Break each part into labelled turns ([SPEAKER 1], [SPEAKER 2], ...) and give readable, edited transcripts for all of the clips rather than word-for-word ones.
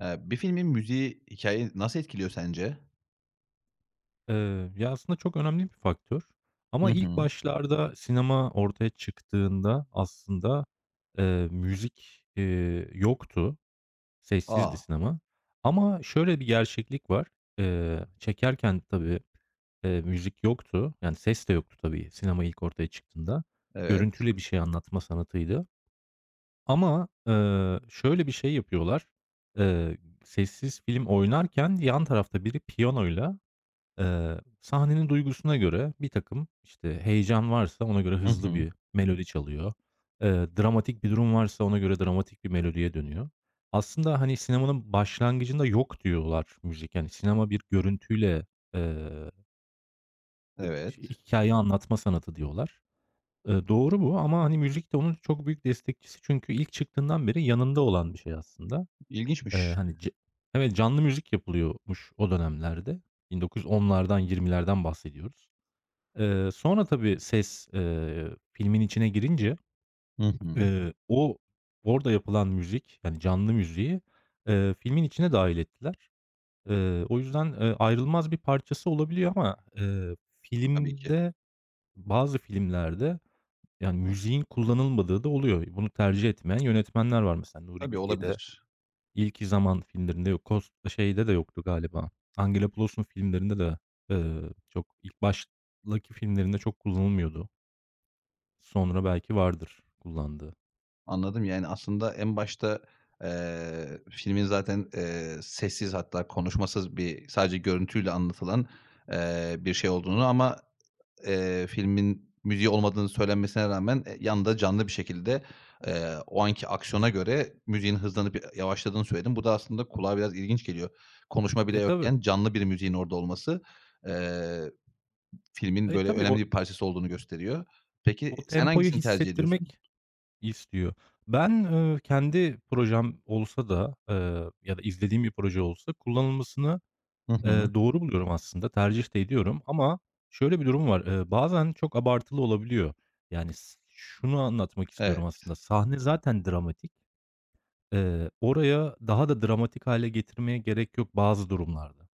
[SPEAKER 1] Bir filmin müziği hikâyeyi nasıl etkiliyor sence?
[SPEAKER 2] Ya, aslında çok önemli bir faktör
[SPEAKER 1] Hı
[SPEAKER 2] ama ilk
[SPEAKER 1] hı.
[SPEAKER 2] başlarda sinema ortaya çıktığında aslında, müzik, yoktu, sessizdi
[SPEAKER 1] A!
[SPEAKER 2] sinema ama şöyle bir gerçeklik var. Çekerken tabii, müzik yoktu, yani, ses de yoktu tabii sinema ilk ortaya çıktığında.
[SPEAKER 1] Evet.
[SPEAKER 2] Görüntüyle bir şey anlatma sanatıydı ama, şöyle bir şey yapıyorlar, eee, sessiz film oynarken yan tarafta biri piyanoyla. Sahnenin duygusuna göre birtakım, işte, heyecan varsa ona göre
[SPEAKER 1] Hı
[SPEAKER 2] hızlı
[SPEAKER 1] hı.
[SPEAKER 2] bir melodi çalıyor. Eee, Dramatik bir durum varsa ona göre dramatik bir melodiye dönüyor. Aslında, hani, sinemanın başlangıcında yok diyorlar müzik. Yani, sinema bir görüntüyle, eee,
[SPEAKER 1] Evet.
[SPEAKER 2] hikâye anlatma sanatı diyorlar. Doğru bu ama, hani, müzik de onun çok büyük destekçisi çünkü ilk çıktığından beri yanında olan bir şey aslında.
[SPEAKER 1] İlginçmiş.
[SPEAKER 2] Hani, evet, canlı müzik yapılıyormuş o dönemlerde. 1910'lardan, 20'lerden bahsediyoruz. Sonra tabii ses, filmin içine girince,
[SPEAKER 1] Hı hı.
[SPEAKER 2] eee, o orada yapılan müzik, yani canlı müziği, filmin içine dâhil ettiler. O yüzden, ayrılmaz bir parçası olabiliyor ama,
[SPEAKER 1] Tabii ki.
[SPEAKER 2] filmde, bazı filmlerde yani müziğin kullanılmadığı da oluyor. Bunu tercih etmeyen yönetmenler var mesela Nuri
[SPEAKER 1] Tabii,
[SPEAKER 2] Bilge'de,
[SPEAKER 1] olabilir.
[SPEAKER 2] İlki Zaman filmlerinde yok. Kos şeyde de yoktu galiba. Angelopoulos'un filmlerinde de, çok ilk baştaki filmlerinde çok kullanılmıyordu. Sonra belki vardır kullandığı.
[SPEAKER 1] Anladım. Yani, aslında en başta, filmin zaten, sessiz hatta konuşmasız bir sadece görüntüyle anlatılan, bir şey olduğunu ama filmin müziği olmadığını söylenmesine rağmen, yanında canlı bir şekilde, o anki aksiyona göre müziğin hızlanıp ya yavaşladığını söyledin. Bu da aslında kulağa biraz ilginç geliyor. Konuşma bile
[SPEAKER 2] Tabii.
[SPEAKER 1] yokken canlı bir müziğin orada olması, eee, filmin böyle
[SPEAKER 2] Tabii, o
[SPEAKER 1] önemli bir parçası olduğunu gösteriyor. Peki
[SPEAKER 2] o
[SPEAKER 1] sen
[SPEAKER 2] tempoyu
[SPEAKER 1] hangisini tercih ediyorsun?
[SPEAKER 2] hissettirmek istiyor. Ben, kendi projem olsa da, ya da izlediğim bir proje olsa kullanılmasını,
[SPEAKER 1] Hı hı.
[SPEAKER 2] doğru buluyorum aslında, tercih de ediyorum ama şöyle bir durum var, bazen çok abartılı olabiliyor. Yani, şunu anlatmak
[SPEAKER 1] Evet,
[SPEAKER 2] istiyorum aslında, sahne zaten dramatik. Oraya daha da dramatik hâle getirmeye gerek yok bazı durumlarda.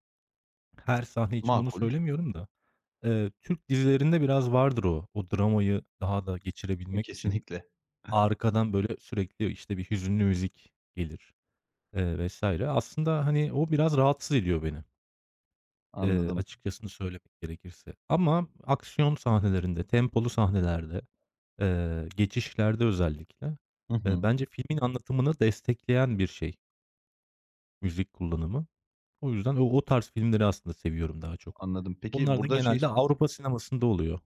[SPEAKER 2] Her sahne için bunu
[SPEAKER 1] makul.
[SPEAKER 2] söylemiyorum da. Türk dizilerinde biraz vardır o. O dramayı daha da
[SPEAKER 1] E,
[SPEAKER 2] geçirebilmek için
[SPEAKER 1] kesinlikle.
[SPEAKER 2] arkadan böyle sürekli işte bir hüzünlü müzik gelir, vesaire. Aslında hani o biraz rahatsız ediyor beni,
[SPEAKER 1] Anladım.
[SPEAKER 2] açıkçasını söylemek gerekirse. Ama aksiyon sahnelerinde, tempolu sahnelerde, geçişlerde özellikle,
[SPEAKER 1] Hı hı.
[SPEAKER 2] bence filmin anlatımını destekleyen bir şey müzik kullanımı. O yüzden o tarz filmleri aslında seviyorum daha çok.
[SPEAKER 1] Anladım. Peki
[SPEAKER 2] Onlar da
[SPEAKER 1] burada şeyi
[SPEAKER 2] genelde Avrupa sinemasında oluyor.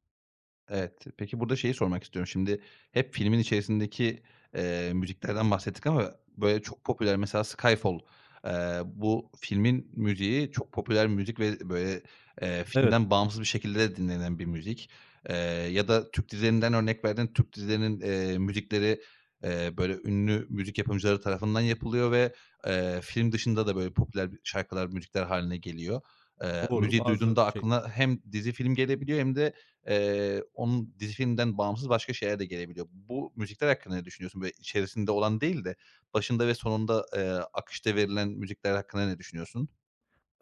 [SPEAKER 1] Evet. Peki burada şeyi sormak istiyorum. Şimdi hep filmin içerisindeki, müziklerden bahsettik ama böyle çok popüler mesela Skyfall, bu filmin müziği çok popüler müzik ve böyle,
[SPEAKER 2] Evet.
[SPEAKER 1] filmden bağımsız bir şekilde de dinlenen bir müzik. Eee, ya da Türk dizilerinden örnek verdin. Türk dizilerinin, müzikleri, böyle ünlü müzik yapımcıları tarafından yapılıyor ve, film dışında da böyle popüler şarkılar, müzikler haline geliyor.
[SPEAKER 2] Doğru,
[SPEAKER 1] Müziği
[SPEAKER 2] bazı
[SPEAKER 1] duyduğunda
[SPEAKER 2] şey
[SPEAKER 1] aklına hem dizi, film gelebiliyor hem de, onun dizi filmden bağımsız başka şeyler de gelebiliyor. Bu müzikler hakkında ne düşünüyorsun? Böyle içerisinde olan değil de başında ve sonunda, akışta verilen müzikler hakkında ne düşünüyorsun?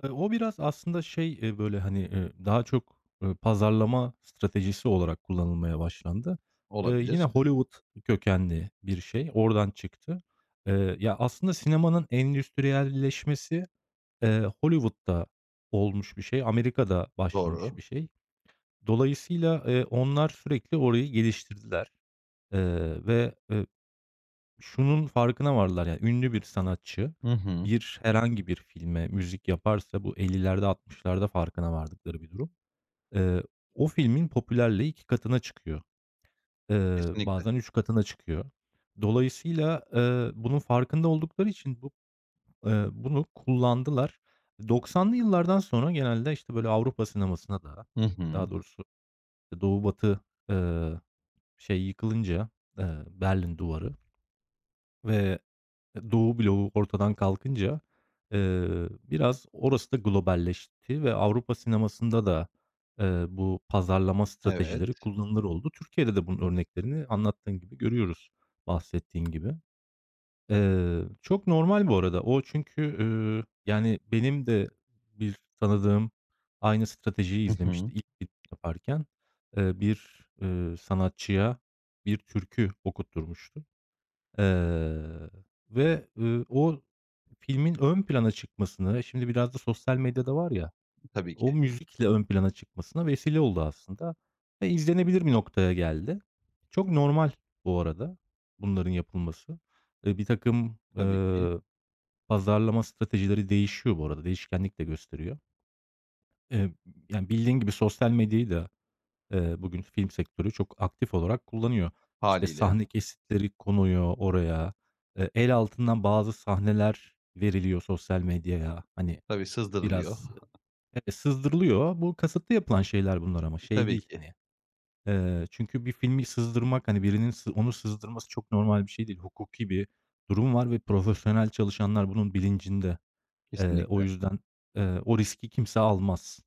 [SPEAKER 2] O biraz aslında böyle, hani, daha çok, pazarlama stratejisi olarak kullanılmaya başlandı. Yine
[SPEAKER 1] Olabilir.
[SPEAKER 2] Hollywood kökenli bir şey, oradan çıktı. Ya, aslında sinemanın endüstriyelleşmesi, Hollywood'da olmuş bir şey, Amerika'da başlamış bir
[SPEAKER 1] Doğru.
[SPEAKER 2] şey. Dolayısıyla, onlar sürekli orayı geliştirdiler ve şunun farkına vardılar yani ünlü bir sanatçı
[SPEAKER 1] Hı hı.
[SPEAKER 2] herhangi bir filme müzik yaparsa bu ellilerde 60'larda farkına vardıkları bir durum. Eee, O filmin popülerliği 2 katına çıkıyor.
[SPEAKER 1] Kesinlikle.
[SPEAKER 2] Bazen 3 katına çıkıyor. Dolayısıyla, bunun farkında oldukları için bunu kullandılar. 90'lı yıllardan sonra genelde, işte, böyle, Avrupa sinemasına da,
[SPEAKER 1] Hı hı.
[SPEAKER 2] daha doğrusu işte Doğu Batı, eee, şey yıkılınca, Berlin Duvarı ve Doğu bloğu ortadan kalkınca, biraz orası da globalleşti ve Avrupa sinemasında da, bu pazarlama
[SPEAKER 1] Evet.
[SPEAKER 2] stratejileri kullanılır oldu. Türkiye'de de bunun örneklerini anlattığın gibi görüyoruz, bahsettiğin gibi. Çok normal bu arada. Yani, benim de bir tanıdığım aynı stratejiyi
[SPEAKER 1] Hı hı.
[SPEAKER 2] izlemişti ilk film yaparken. Bir, sanatçıya bir türkü okutturmuştu. Eee, Ve, o filmin ön plana çıkmasını, şimdi biraz da sosyal medya da var ya,
[SPEAKER 1] Tabii
[SPEAKER 2] o
[SPEAKER 1] ki,
[SPEAKER 2] müzikle ön plana çıkmasına vesile oldu aslında ve izlenebilir bir noktaya geldi. Çok normal bu arada bunların yapılması. Birtakım,
[SPEAKER 1] tabii ki.
[SPEAKER 2] eee, pazarlama stratejileri değişiyor bu arada, değişkenlik de gösteriyor. Eee, Yani, bildiğin gibi sosyal medyayı da bugün film sektörü çok aktif olarak kullanıyor. İşte,
[SPEAKER 1] Hâliyle.
[SPEAKER 2] sahne kesitleri konuyor oraya, el altından bazı sahneler veriliyor sosyal medyaya. Hani.
[SPEAKER 1] Tabii sızdırılıyor.
[SPEAKER 2] Biraz, evet, sızdırılıyor. Bu kasıtlı yapılan şeyler bunlar ama şey
[SPEAKER 1] Tabii
[SPEAKER 2] değil,
[SPEAKER 1] ki.
[SPEAKER 2] hani, çünkü bir filmi sızdırmak, hani, birinin onu sızdırması çok normal bir şey değil. Hukuki bir durum var ve profesyonel çalışanlar bunun bilincinde. O
[SPEAKER 1] Kesinlikle.
[SPEAKER 2] yüzden, o riski kimse almaz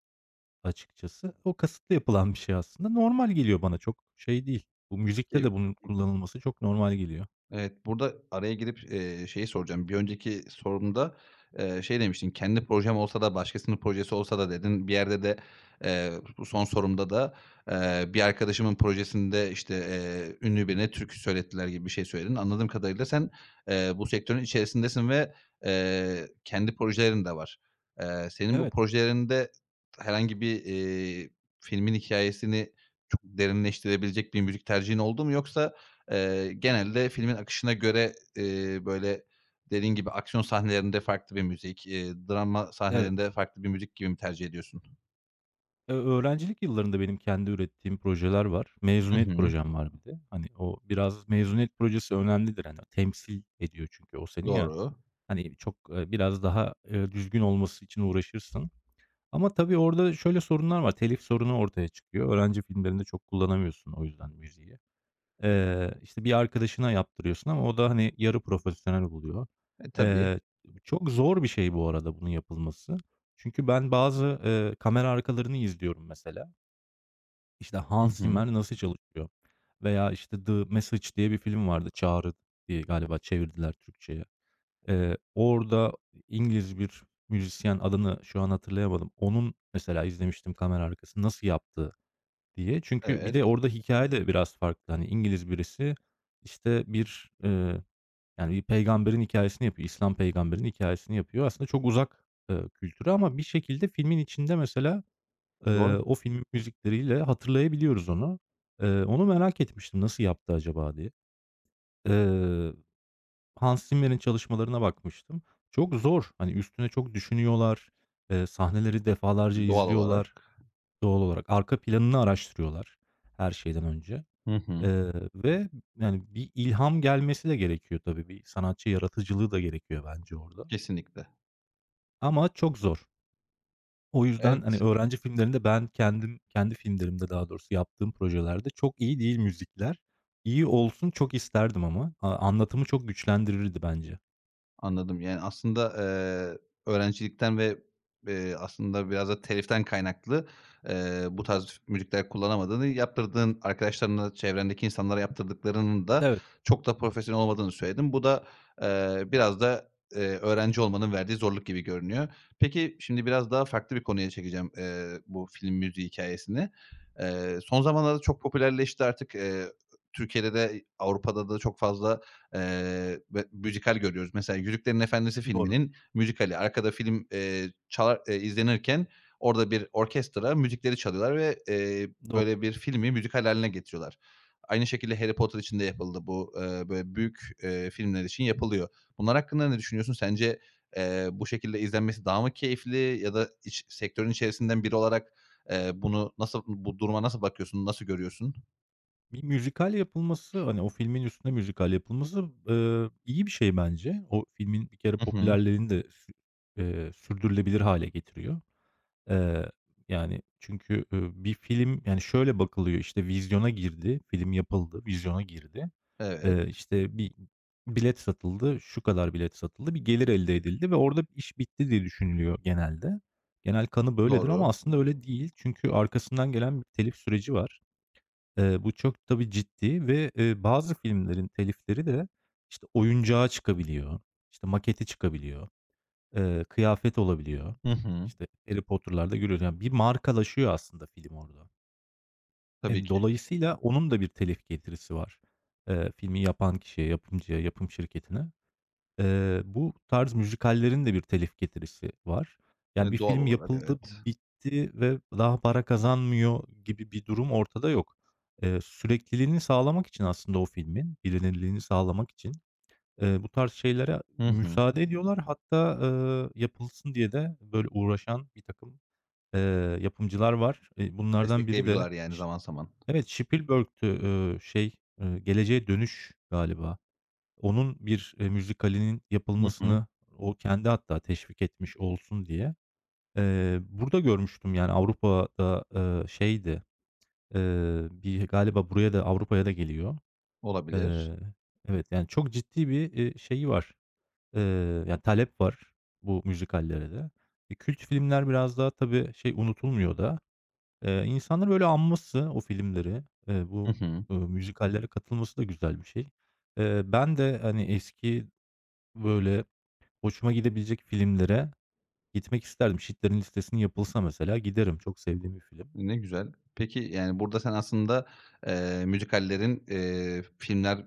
[SPEAKER 2] açıkçası. O kasıtlı yapılan bir şey aslında. Normal geliyor bana, çok şey değil. Bu müzikte
[SPEAKER 1] Ki
[SPEAKER 2] de bunun kullanılması çok normal geliyor.
[SPEAKER 1] Evet, burada araya girip, şeyi soracağım. Bir önceki sorumda, şey demiştin, "Kendi projem olsa da başkasının projesi olsa da" dedin. Bir yerde de, eee, bu son sorumda da, bir arkadaşımın projesinde, işte, ünlü birine türkü söylettiler gibi bir şey söyledin. Anladığım kadarıyla sen, bu sektörün içerisindesin ve, kendi projelerin de var. Senin bu
[SPEAKER 2] Evet,
[SPEAKER 1] projelerinde herhangi bir, filmin hikayesini çok derinleştirebilecek bir müzik tercihin oldu mu yoksa, genelde filmin akışına göre, böyle, dediğin gibi aksiyon sahnelerinde farklı bir müzik, drama
[SPEAKER 2] evet.
[SPEAKER 1] sahnelerinde farklı bir müzik gibi mi tercih ediyorsun?
[SPEAKER 2] Öğrencilik yıllarında benim kendi ürettiğim projeler var.
[SPEAKER 1] Hı
[SPEAKER 2] Mezuniyet
[SPEAKER 1] hı.
[SPEAKER 2] projem var bir de. Hani, o biraz mezuniyet projesi önemlidir. Hani, temsil ediyor çünkü o seni ya.
[SPEAKER 1] Doğru.
[SPEAKER 2] Hani, çok, biraz daha, düzgün olması için uğraşırsın. Ama tabii orada şöyle sorunlar var. Telif sorunu ortaya çıkıyor. Öğrenci filmlerinde çok kullanamıyorsun o yüzden müziği. İşte, bir arkadaşına yaptırıyorsun ama o da, hani, yarı profesyonel buluyor.
[SPEAKER 1] E, tabii.
[SPEAKER 2] Eee, Çok zor bir şey bu arada bunun yapılması. Çünkü ben bazı, kamera arkalarını izliyorum mesela. İşte,
[SPEAKER 1] Hı
[SPEAKER 2] Hans
[SPEAKER 1] hı.
[SPEAKER 2] Zimmer nasıl çalışıyor veya, işte, The Message diye bir film vardı. Çağrı diye galiba çevirdiler Türkçe'ye. Orada İngiliz bir müzisyen, adını şu an hatırlayamadım. Onun mesela izlemiştim kamera arkası nasıl yaptığı diye. Çünkü bir de
[SPEAKER 1] Evet.
[SPEAKER 2] orada hikaye de biraz farklı. Hani, İngiliz birisi, işte, yani, bir peygamberin hikayesini yapıyor. İslam peygamberin hikayesini yapıyor. Aslında çok uzak, kültüre ama bir şekilde filmin içinde mesela.
[SPEAKER 1] Doğru.
[SPEAKER 2] O filmin müzikleriyle hatırlayabiliyoruz onu. Onu merak etmiştim, "Nasıl yaptı acaba?" diye. Eee, Hans Zimmer'in çalışmalarına bakmıştım. Çok zor, hani, üstüne çok düşünüyorlar, sahneleri defalarca
[SPEAKER 1] Doğal
[SPEAKER 2] izliyorlar
[SPEAKER 1] olarak.
[SPEAKER 2] doğal olarak. Arka planını araştırıyorlar her şeyden önce,
[SPEAKER 1] Hı hı.
[SPEAKER 2] ve, yani, bir ilham gelmesi de gerekiyor tabii. Bir sanatçı yaratıcılığı da gerekiyor bence orada
[SPEAKER 1] Kesinlikle.
[SPEAKER 2] ama çok zor. O yüzden, hani,
[SPEAKER 1] Evet.
[SPEAKER 2] öğrenci filmlerinde ben kendim, kendi filmlerimde daha doğrusu yaptığım projelerde çok iyi değil müzikler. İyi olsun çok isterdim ama. Anlatımı çok güçlendirirdi bence.
[SPEAKER 1] Anladım. Yani, aslında, öğrencilikten ve, aslında biraz da teliften kaynaklı, bu tarz müzikler kullanamadığını, yaptırdığın arkadaşlarına, çevrendeki insanlara yaptırdıklarının da
[SPEAKER 2] Evet,
[SPEAKER 1] çok da profesyonel olmadığını söyledin. Bu da, biraz da, öğrenci olmanın verdiği zorluk gibi görünüyor. Peki, şimdi biraz daha farklı bir konuya çekeceğim, bu film müziği hikayesini son zamanlarda çok popülerleşti artık. Türkiye'de de Avrupa'da da çok fazla ve müzikal görüyoruz. Mesela Yüzüklerin Efendisi
[SPEAKER 2] doğru,
[SPEAKER 1] filminin müzikali. Arkada film, çalar izlenirken orada bir orkestra müzikleri çalıyorlar ve, böyle
[SPEAKER 2] doğru.
[SPEAKER 1] bir filmi müzikal hâline getiriyorlar. Aynı şekilde Harry Potter için de yapıldı bu. Böyle büyük, filmler için yapılıyor. Bunlar hakkında ne düşünüyorsun? Sence, bu şekilde izlenmesi daha mı keyifli ya da iç sektörün içerisinden biri olarak, bunu nasıl bu duruma nasıl bakıyorsun, nasıl görüyorsun?
[SPEAKER 2] Bir müzikal yapılması, hani, o filmin üstüne müzikal yapılması, iyi bir şey bence. O filmin bir kere
[SPEAKER 1] Hı hı.
[SPEAKER 2] popülerliğini de sü sürdürülebilir hale getiriyor. Eee, Yani, çünkü, bir film, yani, şöyle bakılıyor, işte, vizyona girdi, film yapıldı, vizyona girdi.
[SPEAKER 1] Evet,
[SPEAKER 2] İşte, bir bilet satıldı, şu kadar bilet satıldı, bir gelir elde edildi ve orada iş bitti diye düşünülüyor genelde. Genel kanı böyledir
[SPEAKER 1] doğru.
[SPEAKER 2] ama aslında öyle değil. Çünkü arkasından gelen bir telif süreci var. Bu çok tabii ciddi ve, bazı filmlerin telifleri de, işte, oyuncağı çıkabiliyor, işte, maketi çıkabiliyor. Kıyafet olabiliyor.
[SPEAKER 1] Hı hı.
[SPEAKER 2] İşte, Harry Potter'larda görüyoruz. Yani, bir markalaşıyor aslında film orada.
[SPEAKER 1] Tabii ki.
[SPEAKER 2] Dolayısıyla onun da bir telif getirisi var, filmi yapan kişiye, yapımcıya, yapım şirketine. Bu tarz müzikallerin de bir telif getirisi var. Yani, bir
[SPEAKER 1] Doğal
[SPEAKER 2] film
[SPEAKER 1] olarak
[SPEAKER 2] yapıldı,
[SPEAKER 1] evet.
[SPEAKER 2] bitti ve daha para kazanmıyor gibi bir durum ortada yok. Sürekliliğini sağlamak için aslında o filmin, bilinirliğini sağlamak için. Bu tarz şeylere
[SPEAKER 1] Hı hı.
[SPEAKER 2] müsaade ediyorlar. Hatta, yapılsın diye de böyle uğraşan birtakım, eee, yapımcılar var. Bunlardan biri de
[SPEAKER 1] Destekleyebiliyorlar yani zaman zaman.
[SPEAKER 2] Evet, Spielberg'tü, Geleceğe Dönüş galiba. Onun bir, müzikalinin
[SPEAKER 1] Hı hı.
[SPEAKER 2] yapılmasını o kendi hatta teşvik etmiş olsun diye. Burada görmüştüm yani Avrupa'da, bir galiba buraya da, Avrupa'ya da geliyor.
[SPEAKER 1] Olabilir.
[SPEAKER 2] Eee, evet, yani çok ciddi bir şeyi var. Ya, talep var bu müzikallere de. Kült filmler biraz daha tabii şey, unutulmuyor da. İnsanların böyle anması o filmleri,
[SPEAKER 1] Hı
[SPEAKER 2] bu,
[SPEAKER 1] hı.
[SPEAKER 2] müzikallere katılması da güzel bir şey. Ben de, hani, eski, böyle, hoşuma gidebilecek filmlere gitmek isterdim. Schindler'in Listesi'nin yapılsa mesela giderim. Çok sevdiğim bir film.
[SPEAKER 1] Ne güzel. Peki, yani, burada sen aslında, müzikallerin, filmler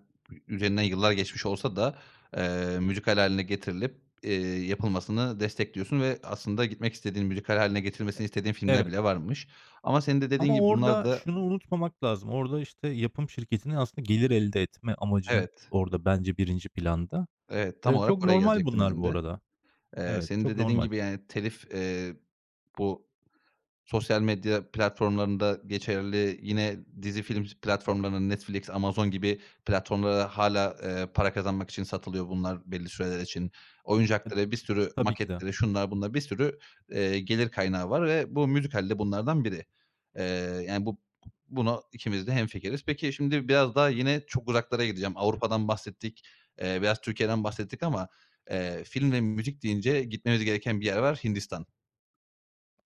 [SPEAKER 1] üzerinden yıllar geçmiş olsa da, müzikal haline getirilip, eee, yapılmasını destekliyorsun ve aslında gitmek istediğin, müzikal haline getirmesini istediğin filmler
[SPEAKER 2] Evet.
[SPEAKER 1] bile varmış. Ama senin de dediğin
[SPEAKER 2] Ama
[SPEAKER 1] gibi bunlar
[SPEAKER 2] orada
[SPEAKER 1] da
[SPEAKER 2] şunu unutmamak lazım. Orada, işte, yapım şirketinin aslında gelir elde etme amacı
[SPEAKER 1] Evet,
[SPEAKER 2] orada bence birinci planda.
[SPEAKER 1] evet, tam olarak
[SPEAKER 2] Çok
[SPEAKER 1] oraya
[SPEAKER 2] normal
[SPEAKER 1] gelecektim
[SPEAKER 2] bunlar
[SPEAKER 1] ben
[SPEAKER 2] bu
[SPEAKER 1] de.
[SPEAKER 2] arada. Evet,
[SPEAKER 1] Senin
[SPEAKER 2] çok
[SPEAKER 1] de dediğin
[SPEAKER 2] normal.
[SPEAKER 1] gibi, yani, telif, bu Sosyal medya platformlarında geçerli, yine dizi film platformlarına Netflix, Amazon gibi platformlara hâlâ, para kazanmak için satılıyor bunlar belli süreler için.
[SPEAKER 2] E,
[SPEAKER 1] Oyuncakları, bir sürü
[SPEAKER 2] tabii ki de.
[SPEAKER 1] maketlere, şunlara bunlara bir sürü, gelir kaynağı var ve bu müzikal de bunlardan biri. Eee, yani, buna ikimiz de hemfikiriz. Peki, şimdi biraz daha yine çok uzaklara gideceğim. Avrupa'dan bahsettik, biraz Türkiye'den bahsettik ama, film ve müzik deyince gitmemiz gereken bir yer var, Hindistan.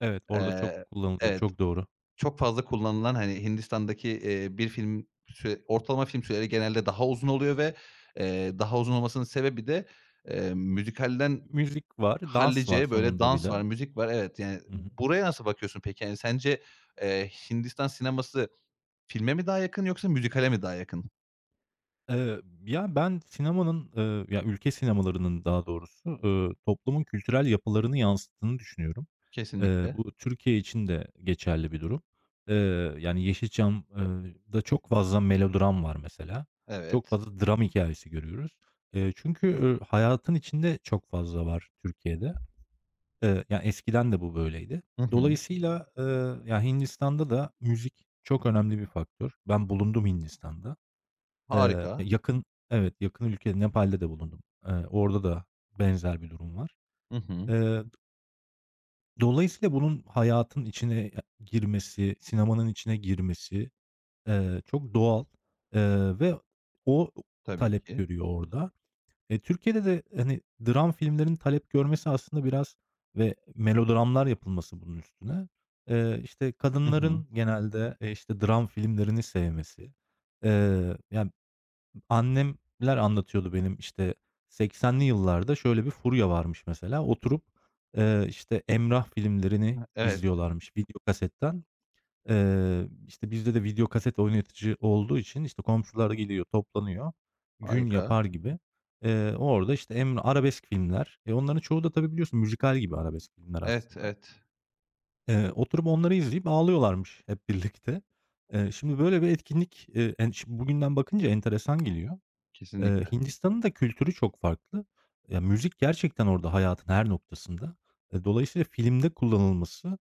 [SPEAKER 2] Evet, orada
[SPEAKER 1] Eee
[SPEAKER 2] çok kullanılıyor,
[SPEAKER 1] Evet.
[SPEAKER 2] çok doğru.
[SPEAKER 1] Çok fazla kullanılan, hani, Hindistan'daki, bir film süre ortalama film süreleri genelde daha uzun oluyor ve, daha uzun olmasının sebebi de, müzikalden
[SPEAKER 2] Müzik var, dans var
[SPEAKER 1] hallice böyle
[SPEAKER 2] sonunda bir
[SPEAKER 1] dans var,
[SPEAKER 2] de.
[SPEAKER 1] müzik var. Evet, yani,
[SPEAKER 2] Hı hı.
[SPEAKER 1] buraya nasıl bakıyorsun peki? Yani, sence, Hindistan sineması filme mi daha yakın yoksa müzikale mi daha yakın?
[SPEAKER 2] Ya, ben sinemanın, ya, ülke sinemalarının daha doğrusu, toplumun kültürel yapılarını yansıttığını düşünüyorum.
[SPEAKER 1] Kesinlikle.
[SPEAKER 2] Bu Türkiye için de geçerli bir durum. Yani, Yeşilçam çok fazla melodram var mesela. Çok
[SPEAKER 1] Evet.
[SPEAKER 2] fazla dram hikayesi görüyoruz. Çünkü, hayatın içinde çok fazla var Türkiye'de. Ya, eskiden de bu böyleydi.
[SPEAKER 1] Hı hı.
[SPEAKER 2] Dolayısıyla, ya, Hindistan'da da müzik çok önemli bir faktör. Ben bulundum Hindistan'da. Eee,
[SPEAKER 1] Harika.
[SPEAKER 2] yakın, evet, yakın ülke Nepal'de de bulundum. Orada da benzer bir durum var.
[SPEAKER 1] Hı hı.
[SPEAKER 2] Eee, Dolayısıyla bunun hayatın içine girmesi, sinemanın içine girmesi, çok doğal, ve o
[SPEAKER 1] Tabii
[SPEAKER 2] talep
[SPEAKER 1] ki.
[SPEAKER 2] görüyor orada. Türkiye'de de, hani, dram filmlerinin talep görmesi aslında biraz ve melodramlar yapılması bunun üstüne, işte,
[SPEAKER 1] Hı hı.
[SPEAKER 2] kadınların genelde, işte, dram filmlerini sevmesi. Ya, annemler anlatıyordu benim, işte, 80'li yıllarda şöyle bir furya varmış mesela. Oturup, işte, Emrah filmlerini
[SPEAKER 1] Evet,
[SPEAKER 2] izliyorlarmış video kasetten. İşte, bizde de video kaset oynatici olduğu için, işte, komşular geliyor, toplanıyor. Gün
[SPEAKER 1] harika.
[SPEAKER 2] yapar gibi. Orada, işte, Emre arabesk filmler. Onların çoğu da tabii biliyorsun müzikal gibi arabesk filmler
[SPEAKER 1] Evet,
[SPEAKER 2] aslında.
[SPEAKER 1] evet.
[SPEAKER 2] Oturup onları izleyip ağlıyorlarmış hep birlikte. Şimdi böyle bir etkinlik, en şi bugünden bakınca enteresan geliyor.
[SPEAKER 1] Kesinlikle.
[SPEAKER 2] Hindistan'ın da kültürü çok farklı. Ya, müzik gerçekten orada hayatın her noktasında. Dolayısıyla filmde kullanılması,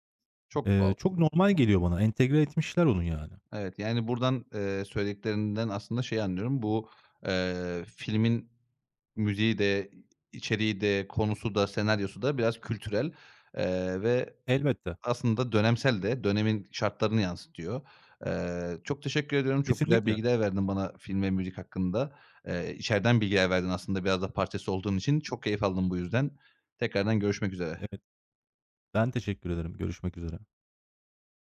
[SPEAKER 1] Çok doğal.
[SPEAKER 2] Eee, çok normal geliyor bana. Entegre etmişler onu yani.
[SPEAKER 1] Evet, yani, buradan, söylediklerinden aslında şey anlıyorum. Bu, filmin müziği de, içeriği de, konusu da, senaryosu da biraz kültürel, ve
[SPEAKER 2] Elbette.
[SPEAKER 1] aslında dönemsel de, dönemin şartlarını yansıtıyor. Çok teşekkür ediyorum. Çok güzel
[SPEAKER 2] Kesinlikle.
[SPEAKER 1] bilgiler verdin bana film ve müzik hakkında. İçeriden bilgiler verdin aslında biraz da parçası olduğun için. Çok keyif aldım bu yüzden. Tekrardan görüşmek üzere.
[SPEAKER 2] Evet, ben teşekkür ederim. Görüşmek üzere.